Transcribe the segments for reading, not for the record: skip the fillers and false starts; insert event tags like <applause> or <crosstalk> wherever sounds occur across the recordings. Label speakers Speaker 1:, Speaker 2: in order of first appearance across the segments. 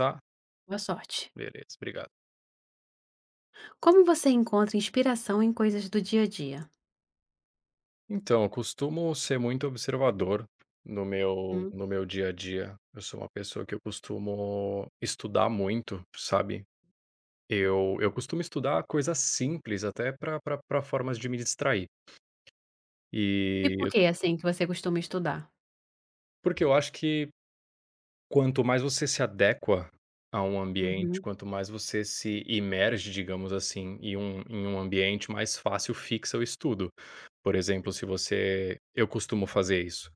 Speaker 1: Tá?
Speaker 2: Boa sorte.
Speaker 1: Beleza, obrigado.
Speaker 2: Como você encontra inspiração em coisas do dia a dia?
Speaker 1: Então, eu costumo ser muito observador no meu
Speaker 2: Hum.
Speaker 1: no meu dia a dia. Eu sou uma pessoa que eu costumo estudar muito, sabe? Eu costumo estudar coisas simples até para pra pra formas de me distrair. E
Speaker 2: Tipo o
Speaker 1: eu-
Speaker 2: que, assim, que você costuma estudar?
Speaker 1: Porque eu acho que quanto mais você se adequa a um ambiente,
Speaker 2: Uhum,
Speaker 1: quanto mais você se imerge, digamos assim, em um ambiente, mais fácil fixa o estudo. Por exemplo, se você eu costumo fazer isso.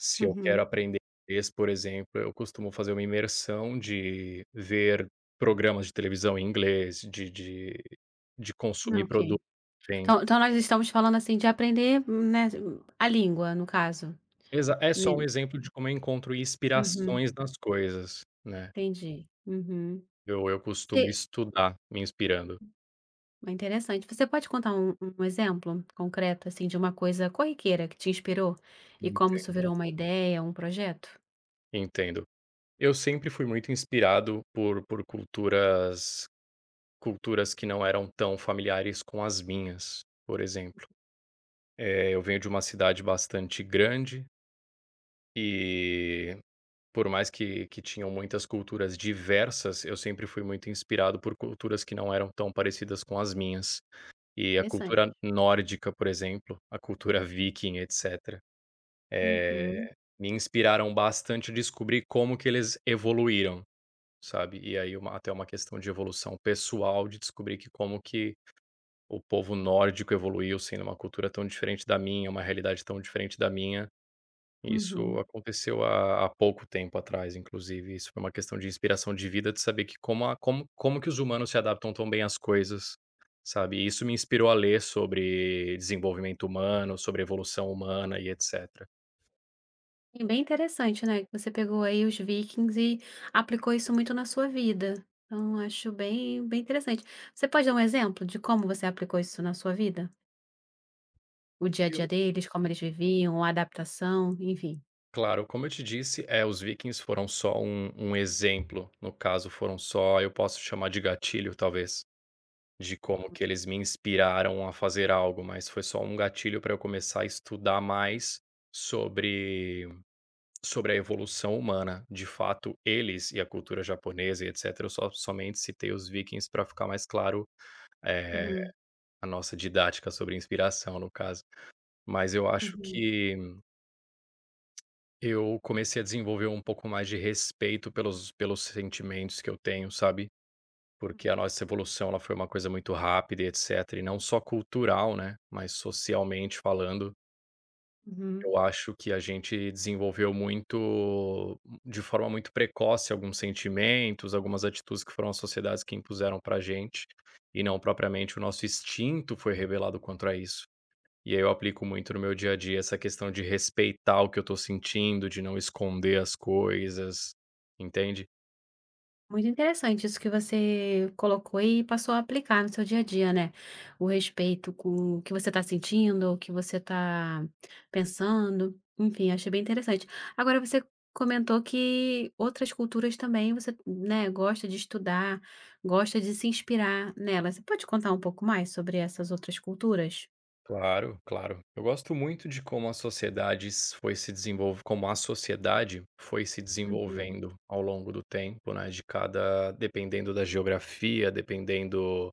Speaker 1: Se eu quero
Speaker 2: uhum.
Speaker 1: aprender inglês, por exemplo, eu costumo fazer uma imersão de ver programas de televisão em inglês, de consumir produtos
Speaker 2: Ok.
Speaker 1: em
Speaker 2: Então nós estamos falando, assim, de aprender, né, a língua, no caso,
Speaker 1: exa é só um
Speaker 2: né?
Speaker 1: exemplo de como eu encontro
Speaker 2: Uhum,
Speaker 1: inspirações nas coisas, né.
Speaker 2: entendi. Uhum.
Speaker 1: Eu costumo
Speaker 2: Você
Speaker 1: estudar me inspirando.
Speaker 2: é interessante. Você pode contar um exemplo concreto, assim, de uma coisa corriqueira que te inspirou e como isso
Speaker 1: Enten
Speaker 2: virou uma ideia, um projeto?
Speaker 1: Entendo. Eu sempre fui muito inspirado por culturas culturas que não eram tão familiares com as minhas, por exemplo. Eu venho de uma cidade bastante grande e por mais que tinham muitas culturas diversas, eu sempre fui muito inspirado por culturas que não eram tão parecidas com as minhas. E a
Speaker 2: Interessante.
Speaker 1: cultura nórdica, por exemplo, a cultura viking, etc,
Speaker 2: Uhum,
Speaker 1: eh, me inspiraram bastante a descobrir como que eles evoluíram, sabe. E aí uma até uma questão de evolução pessoal, de descobrir que como que o povo nórdico evoluiu, sendo uma cultura tão diferente da minha, uma realidade tão diferente da minha. Isso
Speaker 2: uhum.
Speaker 1: aconteceu há pouco tempo atrás, inclusive, isso foi uma questão de inspiração de vida, de saber que como a como como que os humanos se adaptam tão bem às coisas, sabe, e isso me inspirou a ler sobre desenvolvimento humano, sobre evolução humana e etcétera.
Speaker 2: É bem interessante, né, que você pegou aí os Vikings e aplicou isso muito na sua vida. Então, acho bem, bem interessante. Você pode dar um exemplo de como você aplicou isso na sua vida? O dia a
Speaker 1: Eu
Speaker 2: dia deles, como eles viviam, a adaptação, enfim.
Speaker 1: Claro, como eu te disse, é os vikings foram só um exemplo, no caso foram só eu posso chamar de gatilho talvez, de como que eles me inspiraram a fazer algo, mas foi só um gatilho para eu começar a estudar mais sobre sobre a evolução humana, de fato, eles e a cultura japonesa e etc, eu só somente citei os vikings para ficar mais claro, eh,
Speaker 2: Uhum,
Speaker 1: a nossa didática sobre inspiração, no caso. Mas eu acho
Speaker 2: uhum,
Speaker 1: que eu comecei a desenvolver um pouco mais de respeito pelos sentimentos que eu tenho, sabe, porque a nossa evolução, ela foi uma coisa muito rápida e etc, e não só cultural, né, mas socialmente falando.
Speaker 2: uhum.
Speaker 1: Eu acho que a gente desenvolveu muito de forma muito precoce alguns sentimentos, algumas atitudes que foram as sociedades que impuseram pra gente, e não propriamente o nosso instinto foi revelado contra isso. E aí eu aplico muito no meu dia a dia essa questão de respeitar o que eu tô sentindo, de não esconder as coisas, entende?
Speaker 2: Muito interessante isso que você colocou e passou a aplicar no seu dia a dia, né? O respeito com o que você está sentindo, o que você está pensando. Enfim, achei bem interessante. Agora, você comentou que outras culturas também você, né, gosta de estudar, gosta de se inspirar nelas. Você pode contar um pouco mais sobre essas outras culturas?
Speaker 1: Claro, claro. Eu gosto muito de como a sociedade foi se desenvolve, como a sociedade foi se
Speaker 2: Uhum,
Speaker 1: desenvolvendo ao longo do tempo, né? De cada, dependendo da geografia, dependendo,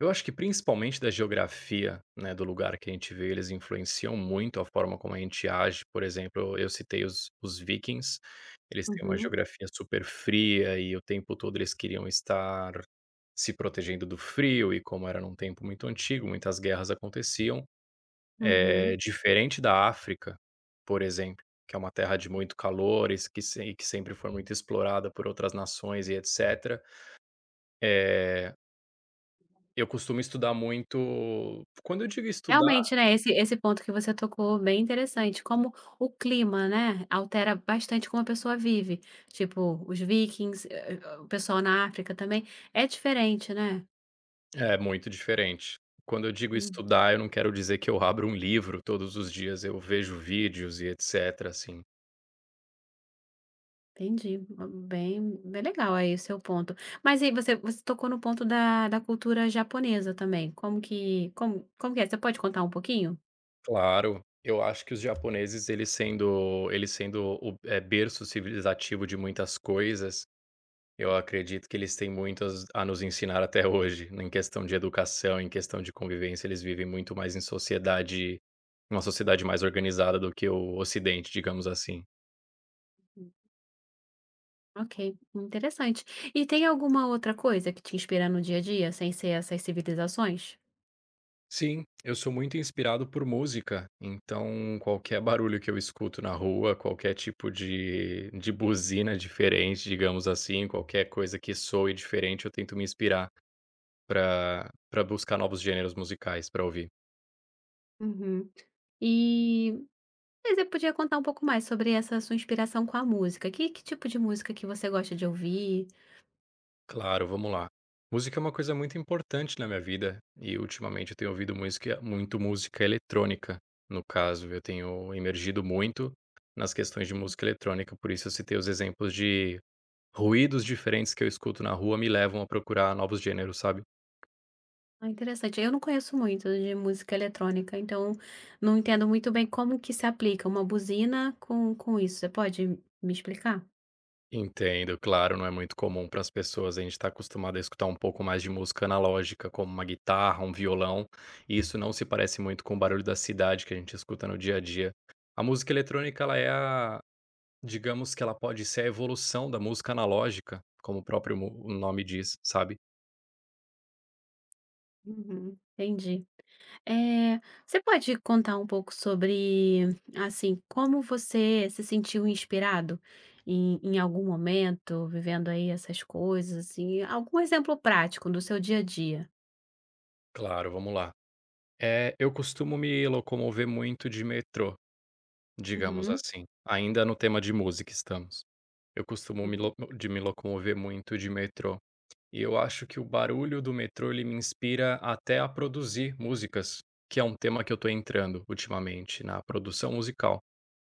Speaker 1: eu acho que principalmente da geografia, né? Do lugar que a gente vê, eles influenciam muito a forma como a gente age. Por exemplo, eu citei os vikings. Eles têm uma
Speaker 2: uhum,
Speaker 1: geografia super fria e o tempo todo eles queriam estar se protegendo do frio e como era num tempo muito antigo, muitas guerras aconteciam
Speaker 2: uhum.
Speaker 1: diferente da África, por exemplo, que é uma terra de muito calor, isso que se e que sempre foi muito explorada por outras nações e etcétera, eh, eu costumo estudar muito quando eu digo estudar
Speaker 2: Realmente, né, esse ponto que você tocou, bem interessante, como o clima, né, altera bastante como a pessoa vive. Tipo, os vikings, o pessoal na África também, é diferente, né.
Speaker 1: é muito diferente. Quando eu digo
Speaker 2: Hum,
Speaker 1: estudar, eu não quero dizer que eu abro um livro todos os dias, eu vejo vídeos e etcétera, assim.
Speaker 2: entendi. Bem bem legal aí o seu ponto. Mas aí você tocou no ponto da cultura japonesa também, como que como como que é? Você pode contar um pouquinho?
Speaker 1: Claro, eu acho que os japoneses, eles sendo o berço civilizativo de muitas coisas. Eu acredito que eles têm muito as a nos ensinar até hoje, né, em questão de educação, em questão de convivência, eles vivem muito mais em sociedade, uma sociedade mais organizada do que o ocidente, digamos assim.
Speaker 2: Ok, interessante. E tem alguma outra coisa que te inspira no dia a dia, sem ser essas civilizações?
Speaker 1: Sim, eu sou muito inspirado por música, então qualquer barulho que eu escuto na rua, qualquer tipo de buzina diferente, digamos assim, qualquer coisa que soe diferente, eu tento me inspirar para buscar novos gêneros musicais para ouvir.
Speaker 2: Uhum. E, mas você podia contar um pouco mais sobre essa sua inspiração com a música. Que tipo de música que você gosta de ouvir?
Speaker 1: Claro, vamos lá. Música é uma coisa muito importante na minha vida e ultimamente eu tenho ouvido música, muito música eletrônica. No caso, eu tenho emergido muito nas questões de música eletrônica, por isso eu citei os exemplos de ruídos diferentes que eu escuto na rua me levam a procurar novos gêneros, sabe?
Speaker 2: Ah, interessante. Eu não conheço muito de música eletrônica, então não entendo muito bem como que se aplica uma buzina com isso. Você pode me explicar?
Speaker 1: Entendo, claro, não é muito comum para as pessoas. A gente está acostumado a escutar um pouco mais de música analógica, como uma guitarra, um violão, e isso não se parece muito com o barulho da cidade que a gente escuta no dia a dia. A música eletrônica, ela é a Digamos que ela pode ser a evolução da música analógica, como o próprio mu o nome diz, sabe.
Speaker 2: Uhum, entendi. Você pode contar um pouco sobre, assim, como você se sentiu inspirado em algum momento, vivendo aí essas coisas, assim, algum exemplo prático do seu dia a dia?
Speaker 1: Claro, vamos lá. Eu costumo me locomover muito de metrô, digamos
Speaker 2: Uhum,
Speaker 1: assim, ainda no tema de música estamos. Eu costumo me
Speaker 2: uhum.
Speaker 1: lo de Me locomover muito de metrô, e eu acho que o barulho do metrô ele me inspira até a produzir músicas, que é um tema que eu estou entrando ultimamente na produção musical.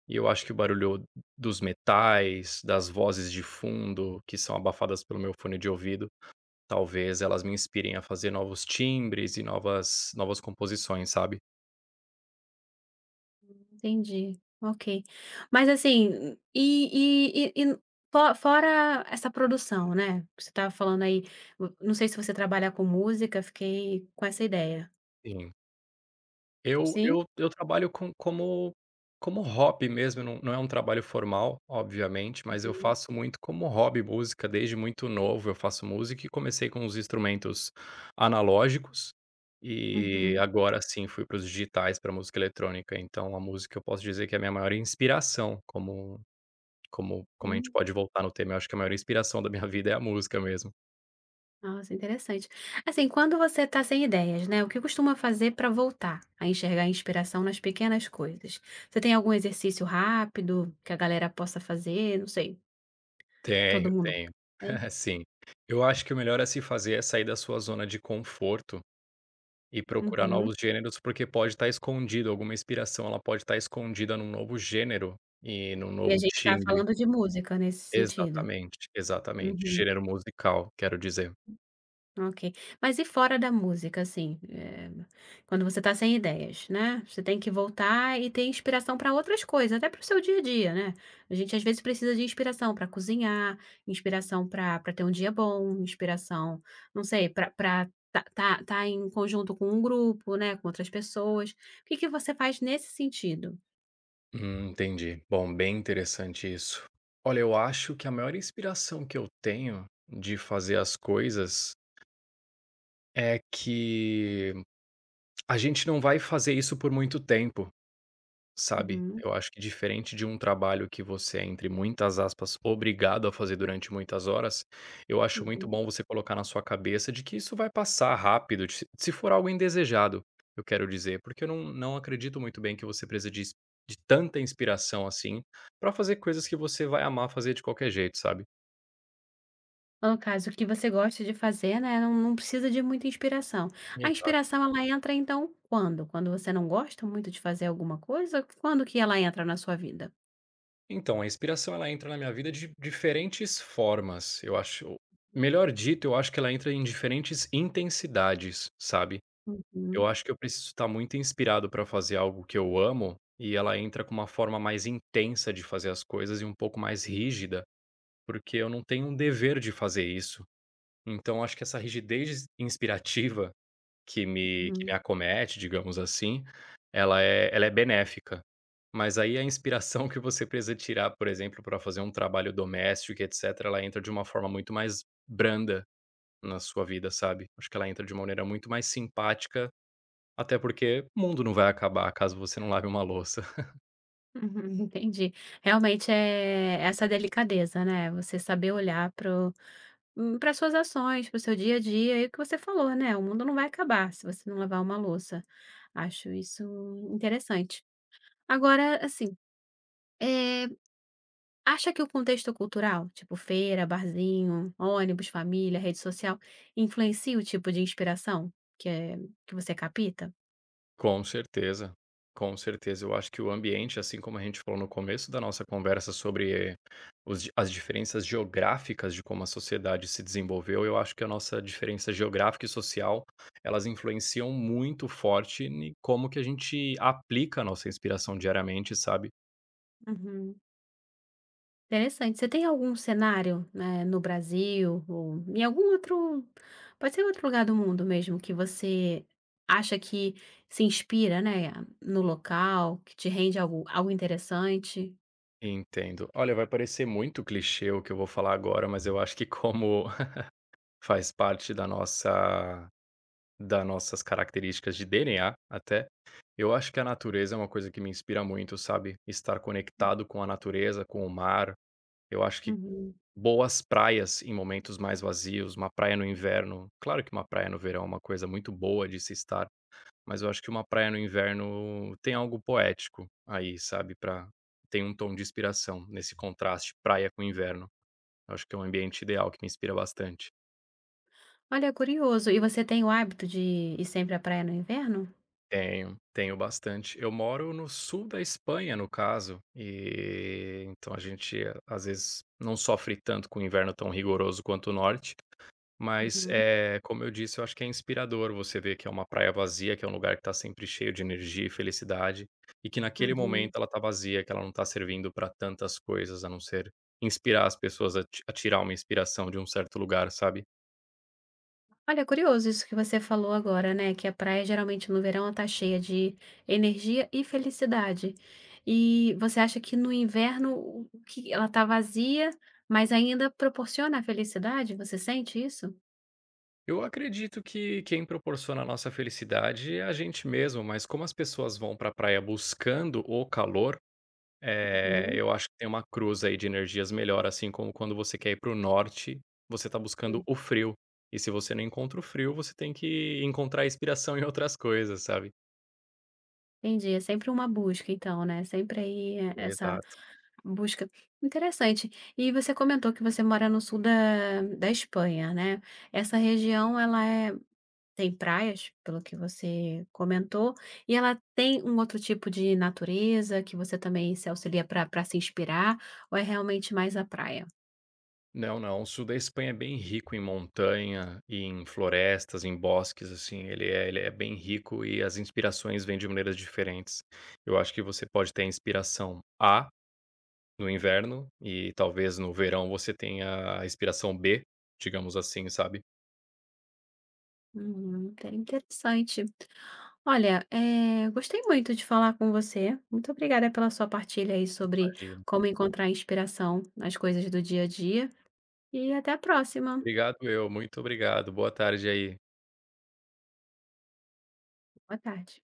Speaker 1: E eu acho que o barulho dos metais, das vozes de fundo que são abafadas pelo meu fone de ouvido, talvez elas me inspirem a fazer novos timbres e novas composições, sabe.
Speaker 2: Entendi, ok. Mas assim, e fo fora essa produção, né, que você estava falando aí, vo não sei se você trabalha com música, fiquei com essa ideia.
Speaker 1: Sim. Eu
Speaker 2: Sim?
Speaker 1: eu eu trabalho como hobby mesmo, não é um trabalho formal, obviamente, mas eu faço muito como hobby música desde muito novo, eu faço música e comecei com os instrumentos analógicos, e
Speaker 2: Uhum,
Speaker 1: agora sim fui para os digitais, para música eletrônica, então a música eu posso dizer que é a minha maior inspiração, como a gente
Speaker 2: uhum.
Speaker 1: pode voltar no tema, eu acho que a maior inspiração da minha <laughs> vida é a música mesmo.
Speaker 2: Nossa, interessante. Assim, quando você está sem ideias, né, o que costuma fazer para voltar a enxergar a inspiração nas pequenas coisas? Você tem algum exercício rápido que a galera possa fazer? Não sei,
Speaker 1: Tenho,
Speaker 2: todo mundo
Speaker 1: tenho.
Speaker 2: tem?
Speaker 1: <laughs> Sim. Eu acho que o melhor a se fazer é sair da sua zona de conforto e procurar
Speaker 2: Uhum.
Speaker 1: novos gêneros, porque pode estar escondido, alguma inspiração, ela pode estar escondida num novo gênero e num
Speaker 2: E a
Speaker 1: novo
Speaker 2: gente está
Speaker 1: timbre.
Speaker 2: falando de música nesse sentido.
Speaker 1: Exatamente, exatamente,
Speaker 2: Uhum.
Speaker 1: gênero musical, quero dizer.
Speaker 2: Ok. Mas e fora da música, assim, quando você tá sem ideias, né? Você tem que voltar e ter inspiração para outras coisas, até para o seu dia a dia, né? A gente às vezes precisa de inspiração para cozinhar, inspiração para para ter um dia bom, inspiração, não sei, para para tá, tá, tá em conjunto com um grupo, né? Com outras pessoas. O que que você faz nesse sentido?
Speaker 1: Entendi. Bom, bem interessante isso. Olha, eu acho que a maior inspiração que eu tenho de fazer as coisas é que a gente não vai fazer isso por muito tempo. Sabe,
Speaker 2: Uhum,
Speaker 1: eu acho que diferente de um trabalho que você é, entre muitas aspas, "obrigado" a fazer durante muitas horas, eu acho muito
Speaker 2: uhum.
Speaker 1: bom você colocar na sua cabeça de que isso vai passar rápido, se for algo indesejado, eu quero dizer, porque eu não acredito muito bem que você precise de tanta inspiração assim, pra fazer coisas que você vai amar fazer de qualquer jeito, sabe.
Speaker 2: No caso, o que você gosta de fazer, né, não não precisa de muita inspiração. A
Speaker 1: Exato.
Speaker 2: inspiração ela entra então quando? Quando você não gosta muito de fazer alguma coisa? Quando que ela entra na sua vida?
Speaker 1: Então, a inspiração ela entra na minha vida de diferentes formas, eu acho melhor dito, eu acho que ela entra em diferentes intensidades, sabe. Eu
Speaker 2: Uhum,
Speaker 1: acho que eu preciso estar muito inspirado para fazer algo que eu amo, e ela entra com uma forma mais intensa de fazer as coisas e um pouco mais rígida, porque eu não tenho um dever de fazer isso. Então acho que essa rigidez inspirativa que me
Speaker 2: uhum,
Speaker 1: acomete, digamos assim, ela é benéfica. Mas aí a inspiração <laughs> que você precisa tirar, por exemplo, para fazer um trabalho doméstico e etcétera, ela entra de uma forma muito mais branda na sua vida, sabe. Acho que ela entra de uma maneira muito mais simpática até porque o mundo não vai acabar caso você não lave uma louça. <laughs>
Speaker 2: uhum, <laughs> entendi. Realmente é essa delicadeza, né, você saber olhar para para suas ações, para o seu dia a dia e o que você falou, né, o mundo não vai acabar se você não lavar uma louça. Acho isso interessante. Agora, assim, eh Acha que o contexto cultural, tipo feira, barzinho, ônibus, família, rede social, influencia o tipo de inspiração que, é, que você capta?
Speaker 1: Com certeza, com certeza. Eu acho que o ambiente, assim como a gente falou no começo da nossa conversa sobre os as diferenças geográficas de como a sociedade se desenvolveu, eu acho que a nossa diferença geográfica e social, elas influenciam muito forte em como que a gente aplica a nossa inspiração diariamente, sabe.
Speaker 2: Uhum. Interessante. Você tem algum cenário, né, no Brasil ou em algum outro, pode ser outro lugar do mundo mesmo, que você acha que se inspira, né, no local, que te rende algo, algo interessante?
Speaker 1: Entendo. Olha, vai parecer muito clichê o que eu vou falar agora, mas eu acho que como <laughs> faz parte da nossa das nossas características de DNA até, eu acho que a natureza é uma coisa que me inspira muito, sabe, estar conectado com a natureza, com o mar. Eu acho que
Speaker 2: Uhum.
Speaker 1: boas praias em momentos mais vazios, uma praia no inverno, claro que uma praia no verão é uma coisa muito boa de se estar, mas eu acho que uma praia no inverno tem algo poético aí, sabe, pra tem um tom de inspiração nesse contraste praia com inverno. Eu acho que é um ambiente ideal que me inspira bastante.
Speaker 2: Olha, curioso. E você tem o hábito de ir sempre à praia no inverno?
Speaker 1: Tenho, tenho bastante. Eu moro no sul da Espanha, no caso, e então a gente às vezes não sofre tanto com o inverno tão rigoroso quanto o norte, mas,
Speaker 2: Uhum,
Speaker 1: é como eu disse, eu acho que é inspirador você ver que é uma praia vazia, que é um lugar que está sempre cheio de energia e felicidade, e que naquele momento
Speaker 2: uhum.
Speaker 1: ela está vazia, que ela não está servindo para tantas coisas a não ser inspirar as pessoas a tirar uma inspiração de um certo lugar, sabe?
Speaker 2: Olha, curioso isso que você falou agora, né, que a praia geralmente no verão tá cheia de energia e felicidade. E você acha que no inverno o que ela tá vazia, mas ainda proporciona a felicidade? Você sente isso?
Speaker 1: Eu acredito que quem proporciona a nossa felicidade é a gente mesmo, mas como as pessoas vão para a praia buscando o calor,
Speaker 2: Uhum,
Speaker 1: eu acho que tem uma cruz aí de energias melhor, assim como quando você quer ir para o norte, você está buscando
Speaker 2: hum.
Speaker 1: o frio. E se você não encontra o frio, você tem que encontrar inspiração em outras coisas, sabe.
Speaker 2: Entendi, é sempre uma busca então, né, sempre aí é, essa
Speaker 1: Exato.
Speaker 2: Busca. Interessante. E você comentou que você mora no sul da Espanha, né. Essa região ela é tem praias, pelo que você comentou, e ela tem um outro tipo de natureza que você também se auxilia para para se inspirar, ou é realmente mais a praia?
Speaker 1: Não, não. O sul da Espanha é bem rico em montanha, em florestas, em bosques, assim. Ele é bem rico e as inspirações vêm de maneiras diferentes. Eu acho que você pode ter a inspiração A no inverno e talvez no verão você tenha a inspiração B, digamos assim, sabe?
Speaker 2: Uhum, inter interessante. Olha, gostei muito de falar com você, muito obrigada pela sua partilha aí sobre
Speaker 1: Imagina.
Speaker 2: como encontrar inspiração nas coisas do dia a dia, e até a próxima.
Speaker 1: Obrigado eu, muito obrigado. Boa tarde aí.
Speaker 2: Boa tarde.